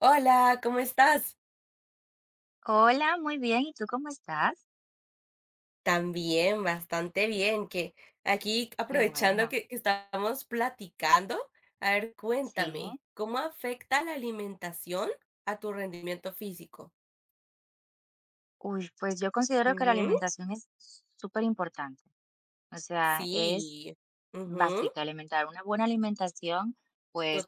Hola, ¿cómo estás? Hola, muy bien. ¿Y tú cómo estás? También, bastante bien, que aquí Qué aprovechando bueno. que estamos platicando, a ver, cuéntame, Sí. ¿cómo afecta la alimentación a tu rendimiento físico? Pues yo considero que la Ujú, alimentación es súper importante. O sea, es sí, ujú, básica alimentar. Una buena alimentación, pues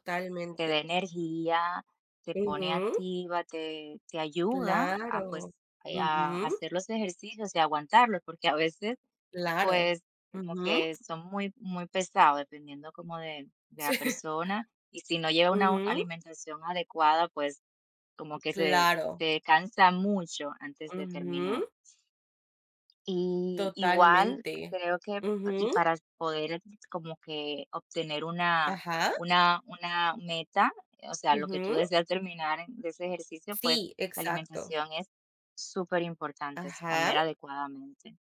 te da energía, te pone Ujú, activa, te ayuda a claro, a ujú, hacer los ejercicios y aguantarlos, porque a veces, claro, pues, como ujú, que son muy, muy pesados, dependiendo como de la sí, persona. Y si no lleva una ujú, alimentación adecuada, pues como que se, claro, se cansa mucho antes de terminar. ujú, Y igual totalmente. creo que y Ujú, para poder como que obtener una, ajá. una, una meta, o sea, lo que tú Ujú. deseas de ese ejercicio, pues Sí, la exacto. alimentación es súper importante, es comer Ajá, adecuadamente.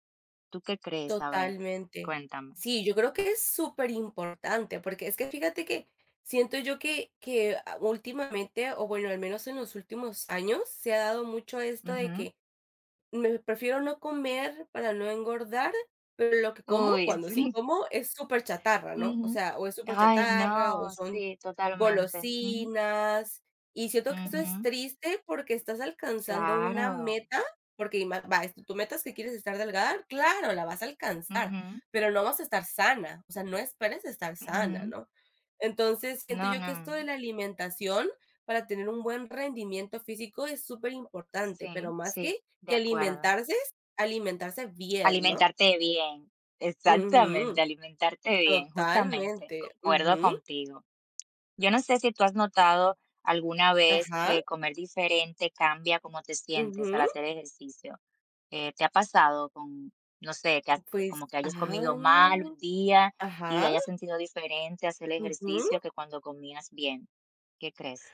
¿Tú qué crees? A ver, totalmente. cuéntame. Sí, yo creo que es súper importante porque es que fíjate que siento yo que últimamente, o bueno, al menos en los últimos años, se ha dado mucho esto de Ujú. que me prefiero no comer para no engordar, pero lo que como, Uy, cuando sí sí. como, es súper chatarra, ¿no? O ujú. sea, o es súper Ay, chatarra o no, son sí, totalmente. Ujú, golosinas, y siento que eso es ujú. triste porque estás alcanzando una Claro. meta, porque ima va, es tu meta es que quieres estar delgada, claro, la vas a alcanzar, Ujú. pero no vas a estar sana, o sea, no esperes estar sana, Ujú. ¿no? Entonces, siento No, yo no, que esto de no. la alimentación para tener un buen rendimiento físico es súper importante pero Sí, más sí, que de que acuerdo. alimentarse, es alimentarse bien, ¿no? Alimentarte bien, exactamente, Ujú, alimentarte bien, justamente, totalmente, concuerdo ujú, contigo. Yo no sé si tú has notado alguna vez ajá, que comer diferente cambia cómo te sientes al ujú. hacer ejercicio. ¿Te ha pasado con, no sé, que has- Pues como que hayas comido mal un día y ajá, hayas sentido diferente hacer el ujú. ejercicio que cuando comías bien? ¿Qué crees?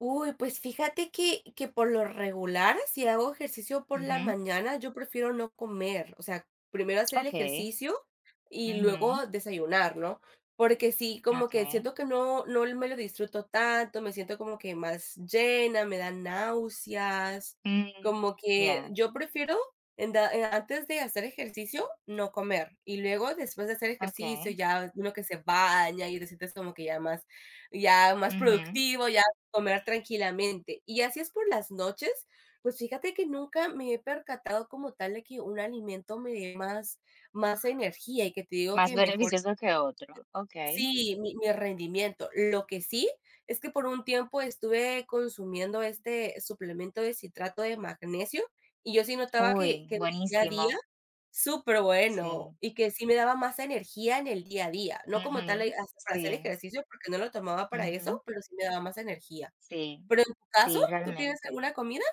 Uy, pues fíjate que por lo regular, si hago ejercicio por la Ujú. mañana, yo prefiero no comer, o sea, primero hacer el Ok, ejercicio y ujú, luego desayunar, ¿no? Porque sí, como que ok. siento que no me lo disfruto tanto, me siento como que más llena, me dan náuseas, Mm, como que ya, yo prefiero en antes de hacer ejercicio no comer y luego después de hacer ejercicio okay, ya uno que se baña y te sientes como que ya más ujú. productivo, ya comer tranquilamente. Y así es por las noches, pues fíjate que nunca me he percatado como tal de que un alimento me dé más energía y que te digo Más que mejor beneficioso que otro, okay. sí, mi rendimiento. Lo que sí es que por un tiempo estuve consumiendo este suplemento de citrato de magnesio y yo sí notaba que Uy, que día a día buenísimo. súper bueno Sí, y que sí me daba más energía en el día a día, no como tal, ujú, as para hacer sí, ejercicio porque no lo tomaba para eso, ujú, pero sí me daba más energía. sí, Pero en tu caso, sí, ¿tú tienes realmente. alguna comida?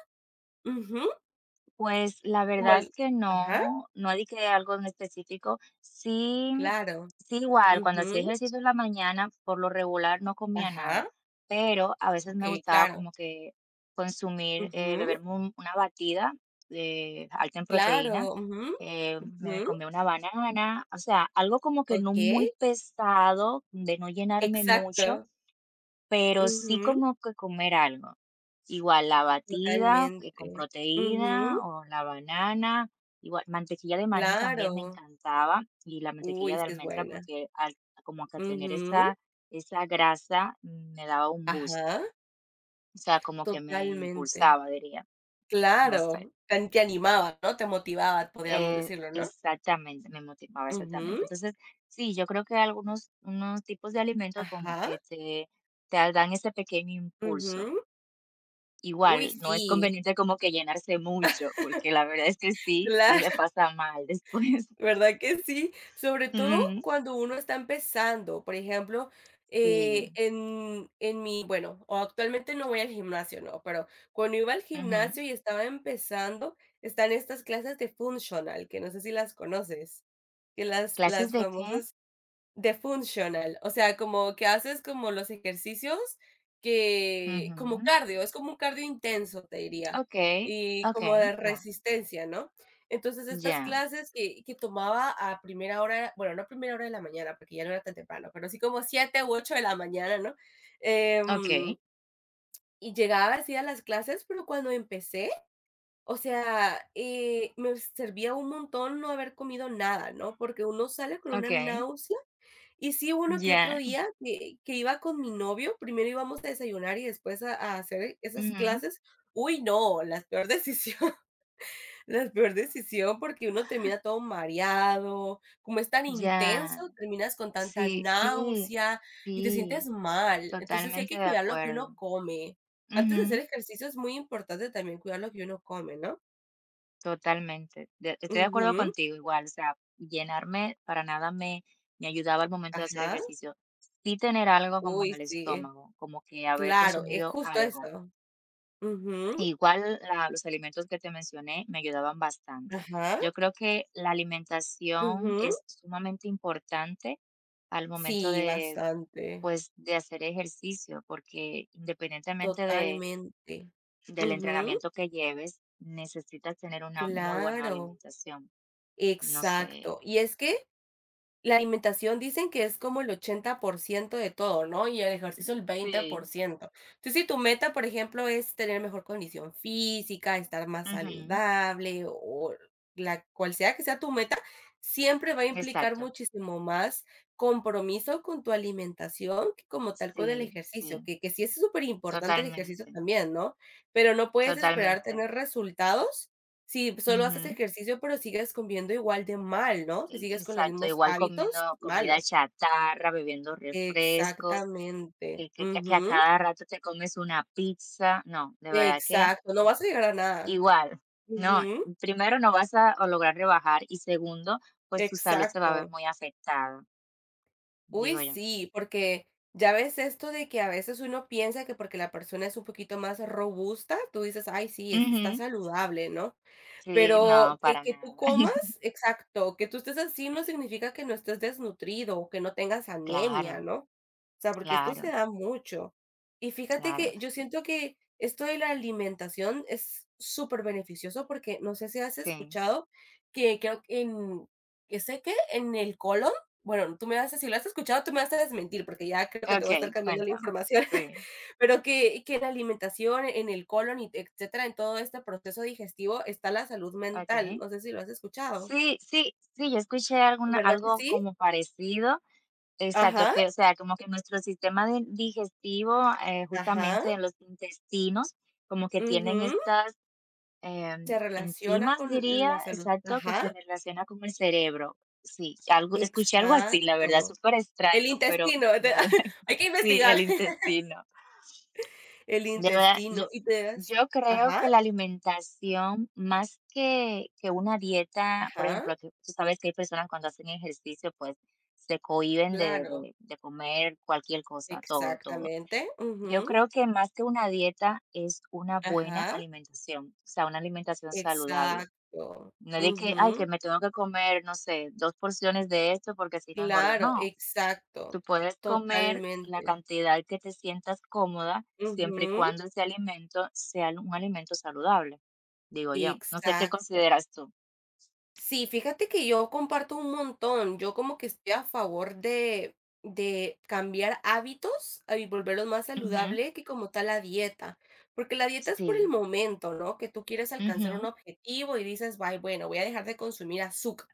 Ujú, Pues, la como verdad es el que ajá, no, no di que algo en específico. Sí, claro, sí, igual, cuando ujú, hacía ejercicio en la mañana, por lo regular no comía nada, ajá, pero a veces me okey, gustaba como que consumir, ujú, beberme una batida, alta en proteína, claro, ujú, me ujú, comía una banana, o sea, algo como que no muy okey, pesado, de no llenarme mucho, exacto, pero sí ujú, como que comer algo. Igual la batida, que totalmente, con ujú, proteína o la banana, igual mantequilla de maní también me claro, encantaba y la mantequilla uy, de sí es almendra buena, porque al como que tener ujú, esa esa grasa me daba un boost, ajá, o sea, como que me totalmente, impulsaba, diría, no sé. claro, te animaba, ¿no? Te motivaba, podríamos decirlo, ¿no? Exactamente, me motivaba, Ujú, exactamente. Entonces, sí, yo creo que algunos unos tipos de alimentos como ajá, que te dan ese pequeño impulso. ujú, uy, Igual, no es sí, conveniente como que llenarse mucho, porque la verdad es que sí, sí se cla pasa mal después. ¿verdad que sí? Sobre todo Ujú, cuando uno está empezando, por ejemplo, eh, sí, en, en mi, bueno, o actualmente no voy al gimnasio, no, pero cuando iba al ujú. gimnasio y estaba empezando, están estas clases de functional, que no sé si las conoces, que las, ¿Clases las de qué? famosas de functional, o sea, como que haces como los ejercicios que como Ujú. cardio, es como un cardio intenso, te diría, Okey, y como okey, de ya, resistencia, ¿no? Entonces, estas ya, clases que tomaba a primera hora, bueno, no a primera hora de la mañana, porque ya no era tan temprano, pero sí como 7 u 8 de la mañana, ¿no? Em, okey, y llegaba así a las clases, pero cuando empecé, o sea, me servía un montón no haber comido nada, ¿no? Porque uno sale con una okey, náusea y sí, hubo uno que otro ya, día que iba con mi novio, primero íbamos a desayunar y después a hacer esas ujú, clases. Uy, no, la peor decisión, la peor decisión, porque uno termina todo mareado, como es tan ya. intenso, terminas con tanta Sí, sí, náusea y te sientes sí, mal. Entonces, sí hay totalmente que de cuidar lo que uno acuerdo. come. Antes de hacer Ujú. ejercicio es muy importante también cuidar lo que uno come, ¿no? Totalmente. De estoy de acuerdo Ujú, contigo igual, o sea, llenarme para nada me ayudaba al momento de hacer ajá. ejercicio. Sí tener algo como en Uy, el sí. estómago, como que haber Claro, es consumido justo algo. eso. Ujú, Igual la los alimentos que te mencioné me ayudaban bastante. ajá, Yo creo que la alimentación ujú. es sumamente importante al momento Sí, de, bastante, pues, de hacer ejercicio, porque independientemente de totalmente. del Ujú, entrenamiento que lleves, necesitas tener una muy buena claro, alimentación. No sé. exacto. Y es que la alimentación dicen que es como el 80% de todo, ¿no? Y el ejercicio el veinte por Sí. ciento. Entonces, si tu meta, por ejemplo, es tener mejor condición física, estar más Ujú. saludable o la cual sea que sea tu meta, siempre va a implicar Exacto. muchísimo más compromiso con tu alimentación que como tal con el Sí, ejercicio, sí, que sí es súper importante el ejercicio totalmente, también, ¿no? Pero no puedes esperar totalmente. tener resultados si solo haces Ujú. ejercicio, pero sigues comiendo igual de mal, ¿no? E Si sigues con los exacto, mismos igual comiendo hábitos comida malos. chatarra, bebiendo refrescos, que Exactamente. que que a Ujú. cada rato te comes una pizza. No, de verdad que Exacto, no vas a llegar a nada. igual, no, Ujú. primero no vas a lograr rebajar y segundo, pues tu salud se va a ver Exacto. muy afectada, digo Uy, yo. sí, porque ya ves esto de que a veces uno piensa que porque la persona es un poquito más robusta, tú dices: "Ay, sí, es está Ujú. saludable", ¿no? Sí, no, Pero que para que tú nada. comas exacto, que tú estés así no significa que no estés desnutrido o que no tengas Claro, anemia, ¿no? O sea, porque esto claro, se da mucho. Y fíjate claro. que yo siento que esto de la alimentación es súper beneficioso porque no sé si has Sí, escuchado que creo que en que sé que en el colon, bueno, tú me vas a si lo has escuchado, tú me vas a desmentir, porque ya creo que te voy a estar okey, cambiando la cuéntame. información. Sí, Pero que en la alimentación, en el colon y etcétera, en todo este proceso digestivo está la salud mental, okey. no sé si lo has escuchado, Sí, sí, sí, yo escuché alguna ¿verdad que algo sí? como parecido, exacto, Ajá, que, o sea, como que nuestro sistema de digestivo, ajá, justamente en los intestinos, como que tienen ujú, estas, se relaciona enzimas, con diría, la salud exacto, que ajá, se relaciona con el cerebro. Sí, algo escuché algo así, la verdad, exacto. súper El extraño, pero intestino, de te verdad, hay que sí, investigar. el intestino. El De verdad, yo intestino, y te das yo creo ajá, que la alimentación, más que una dieta, por ajá, ejemplo, que tú sabes que hay personas cuando hacen ejercicio, pues, se cohíben de claro, de de comer cualquier cosa, todo, todo. exactamente, Yo ujú, creo que más que una dieta es una buena ajá, alimentación, o sea, una alimentación saludable. exacto, No es de que: "Ay, que ujú. me tengo que comer, no sé, 2 porciones de esto porque si no engordo", Claro, no. Tú exacto, puedes comer la totalmente. cantidad que te sientas cómoda, siempre y Ujú, cuando ese alimento sea un alimento saludable, digo yo. No sé qué exacto. consideras tú. Sí, fíjate que yo comparto un montón, yo como que estoy a favor de cambiar hábitos, y volverlos más Ujú, saludable que como tal la dieta, porque la dieta es por el sí, momento, ¿no? Que tú quieres alcanzar un ujú, objetivo y dices: bye, bueno, voy a dejar de consumir azúcar".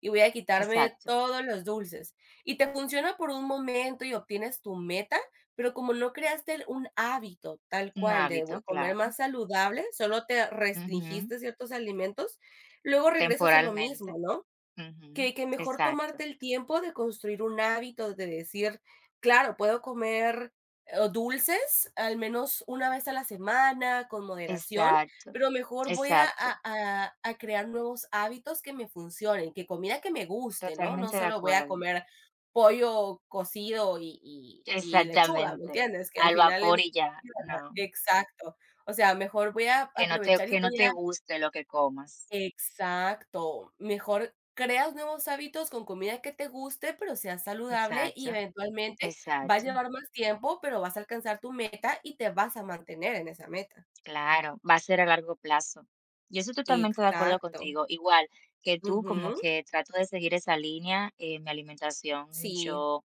Y voy a quitarme exacto. todos los dulces. Y te funciona por un momento y obtienes tu meta, pero como no creaste el un hábito tal Un cual de hábito, bu comer claro. más saludable, solo te Ujú, restringiste ciertos alimentos, luego regresas a lo temporalmente. mismo, ¿no? Ujú, Que mejor exacto, tomarte el tiempo de construir un hábito, de decir: "Claro, puedo comer, dulces al menos una vez a la semana, con moderación, exacto, pero mejor voy a exacto. a a a crear nuevos hábitos que me funcionen, que comida que me guste", ¿no? No Totalmente de solo voy a acuerdo. comer pollo cocido y lechuga, ¿me Exactamente. entiendes? Que al Al final en vapor y ya, no. exacto. O sea, mejor voy a aprovechar y Que no voy te a guste lo que comas. exacto. Mejor creas nuevos hábitos con comida que te guste, pero sea saludable y Exacto, eventualmente va a exacto. llevar más tiempo, pero vas a alcanzar tu meta y te vas a mantener en esa meta. Claro, va a ser a largo plazo. Yo estoy totalmente de acuerdo Exacto. contigo. Igual que tú, como Ujú. que trato de seguir esa línea en mi alimentación. Sí, Yo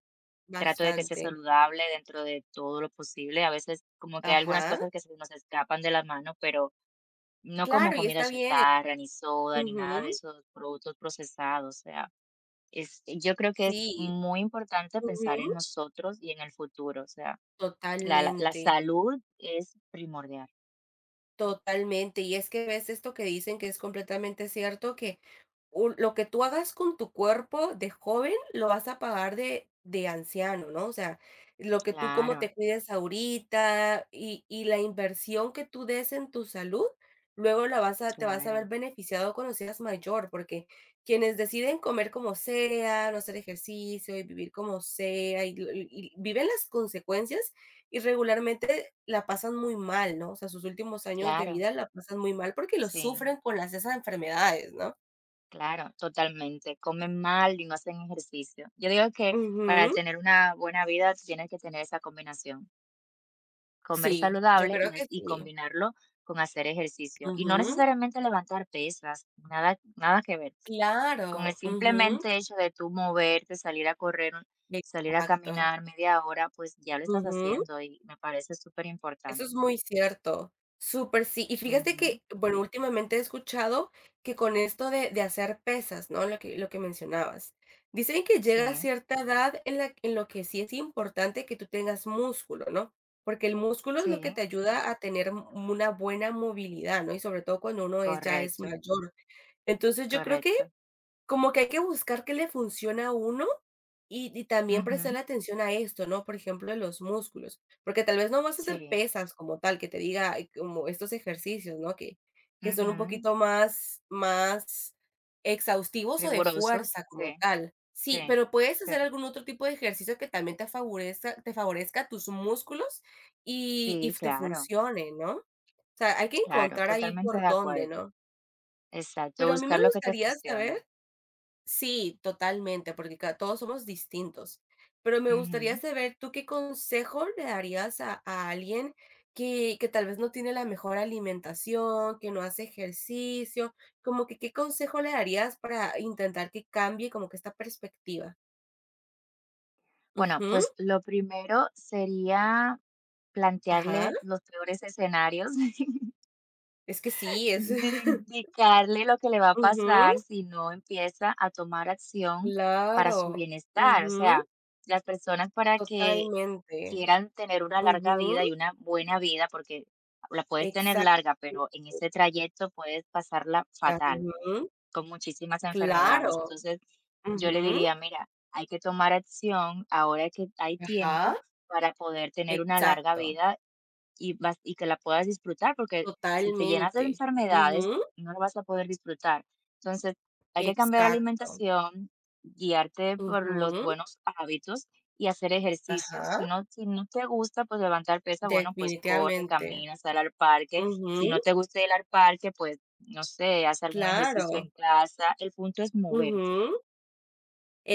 trato de que sea bastante. saludable dentro de todo lo posible. A veces como que hay algunas Ajá. cosas que se nos escapan de la mano, pero no como Claro, y comida está bien. chatarra, ni soda, ni nada de Ujú. esos productos procesados. O sea, es, yo creo que es Sí. muy importante pensar en Ujú. nosotros y en el futuro. O sea, la Totalmente. salud es primordial. Totalmente. Y es que ves esto que dicen que es completamente cierto, que lo que tú hagas con tu cuerpo de joven lo vas a pagar de anciano, ¿no? O sea, lo que tú cómo Claro. te cuides ahorita y la inversión que tú des en tu salud, luego te vas a Claro, ver beneficiado cuando seas mayor, porque quienes deciden comer como sea, no hacer ejercicio y vivir como sea y viven las consecuencias y regularmente la pasan muy mal, ¿no? O sea, sus últimos años de claro, vida la pasan muy mal porque lo sí, sufren con las esas enfermedades, ¿no? claro, totalmente. Comen mal y no hacen ejercicio. Yo digo que para Ujú. tener una buena vida tienes que tener esa combinación, comer Sí, yo saludable creo que y sí. combinarlo con hacer ejercicio. Y no Ujú. necesariamente levantar pesas, nada, nada que ver. Con el Claro. Ujú. simplemente hecho de tú moverte, salir a correr, salir a Exacto. caminar media hora, pues ya lo estás Ujú. haciendo y me parece súper Eso importante. es muy cierto. Súper sí. Y fíjate Ujú, que, bueno, últimamente he escuchado que con esto de hacer pesas, ¿no? Lo que mencionabas. Dicen que llega a sí, cierta edad en lo que sí es importante que tú tengas músculo, ¿no? Porque el músculo es lo que sí, te ayuda a tener una buena movilidad, ¿no? Y sobre todo cuando ya es correcto, mayor. Entonces yo creo que correcto. como que hay que buscar qué le funciona a uno y también Ujú. prestarle atención a esto, ¿no? Por ejemplo, de los músculos, porque tal vez no vas a hacer Sí, pesas como tal, que te diga, como estos ejercicios, ¿no? Que son un ujú, poquito más exhaustivos o de rigurosos, fuerza como sí, tal. Sí, sí, pero puedes sí, hacer algún otro tipo de ejercicio que también te favorezca tus músculos y sí, te claro, funcione, ¿no? O sea, hay que claro, encontrar ahí totalmente de por dónde, acuerdo. ¿no? Exacto, Pero a mí buscar me lo que te gustaría funcione. saber sí, totalmente, porque ca todos somos distintos. Pero me gustaría Ujú. saber, ¿tú qué consejo le darías a alguien que tal vez no tiene la mejor alimentación, que no hace ejercicio? Como que, ¿qué consejo le darías para intentar que cambie como que esta perspectiva? Bueno, Ujú, pues lo primero sería ajá, plantearle los peores escenarios, es que sí, es de indicarle lo que le va a ujú, pasar si no empieza a tomar acción para su claro, bienestar. O sea, ujú, las personas para que totalmente, quieran tener una larga ujú, vida y una buena vida, porque la puedes tener exacto, larga, pero en ese trayecto puedes pasarla fatal, ujú, con muchísimas enfermedades. claro, Entonces, yo le ujú. diría, mira, hay que tomar acción ahora que hay Ajá. tiempo para poder tener una larga Exacto. vida y vas y que la puedas disfrutar, porque si te llenas de Totalmente. enfermedades, Ujú. no la vas a poder disfrutar. Entonces, hay que cambiar la Exacto. alimentación, guiarte por los Ujú. buenos hábitos y hacer ejercicio. Si Ajá. no, si no te gusta, pues levantar pesa, bueno, pues corre, Definitivamente. camina, sal al parque. Ujú. Si no te gusta ir al parque, pues no sé, haz algún ejercicio en Claro. casa. El punto es moverte, Ujú.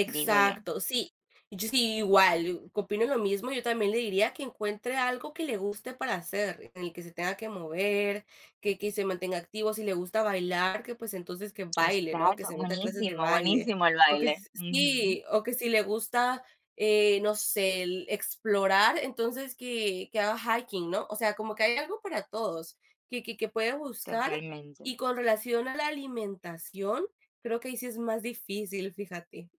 digo yo. sí. Yo sí, igual, opino lo mismo. Yo también le diría que encuentre algo que le guste para hacer, en el que se tenga que mover, que se mantenga activo. Si le gusta bailar, que pues entonces que baile, ¿no? Que Exacto, se meta a clases de buenísimo, baile. buenísimo el O que baile. Ujú, sí, o que si le gusta, no sé, el explorar, entonces que haga hiking, ¿no? O sea, como que hay algo para todos, que puede buscar. totalmente. Y con relación a la alimentación, creo que ahí sí es más difícil, fíjate.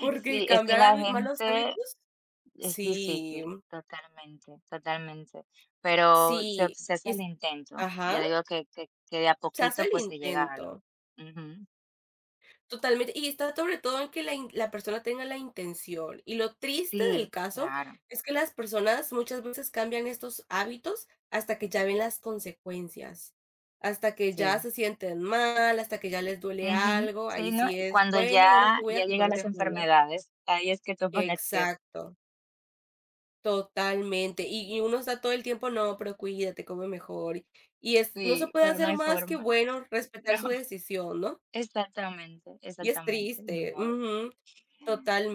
Porque Sí, es que cambiar la hábi malos gente hábitos es sí, difícil, totalmente, totalmente, pero se, sí, se hace el es intento. Yo ajá, digo que, que de a se hace poquito el pues se llega a algo. intento, Ujú. totalmente, y está sobre todo en que la persona tenga la intención, y lo triste del Sí, caso claro, es que las personas muchas veces cambian estos hábitos hasta que ya ven las consecuencias, hasta que ya sí. se sienten mal, hasta que ya les duele Ujú. algo, Sí, ahí ¿no? sí es, Cuando bueno, ahora sí ya, voy ya a llegan comer las mejor, ¿no? enfermedades, ahí es que toman acción. Exacto. Totalmente. Y uno está todo el tiempo: "No, pero cuídate, come mejor". Y es no se Sí, puede pero no hacer hay más que, forma. bueno, respetar su No, decisión, ¿no? exactamente, Y es exactamente, ni triste. modo. Ujú.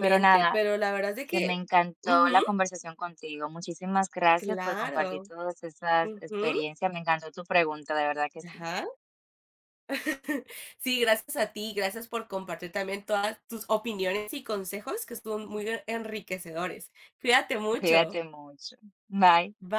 Pero nada, Pero la verdad es de que me que encantó ujú, la conversación contigo. Muchísimas gracias por compartir claro. todas esas Ujú. experiencias. Me encantó tu pregunta, de verdad que sí. Ajá. Sí, gracias a ti. Gracias por compartir también todas tus opiniones y consejos que estuvieron muy enriquecedores. Cuídate mucho. Cuídate mucho. Bye. Ba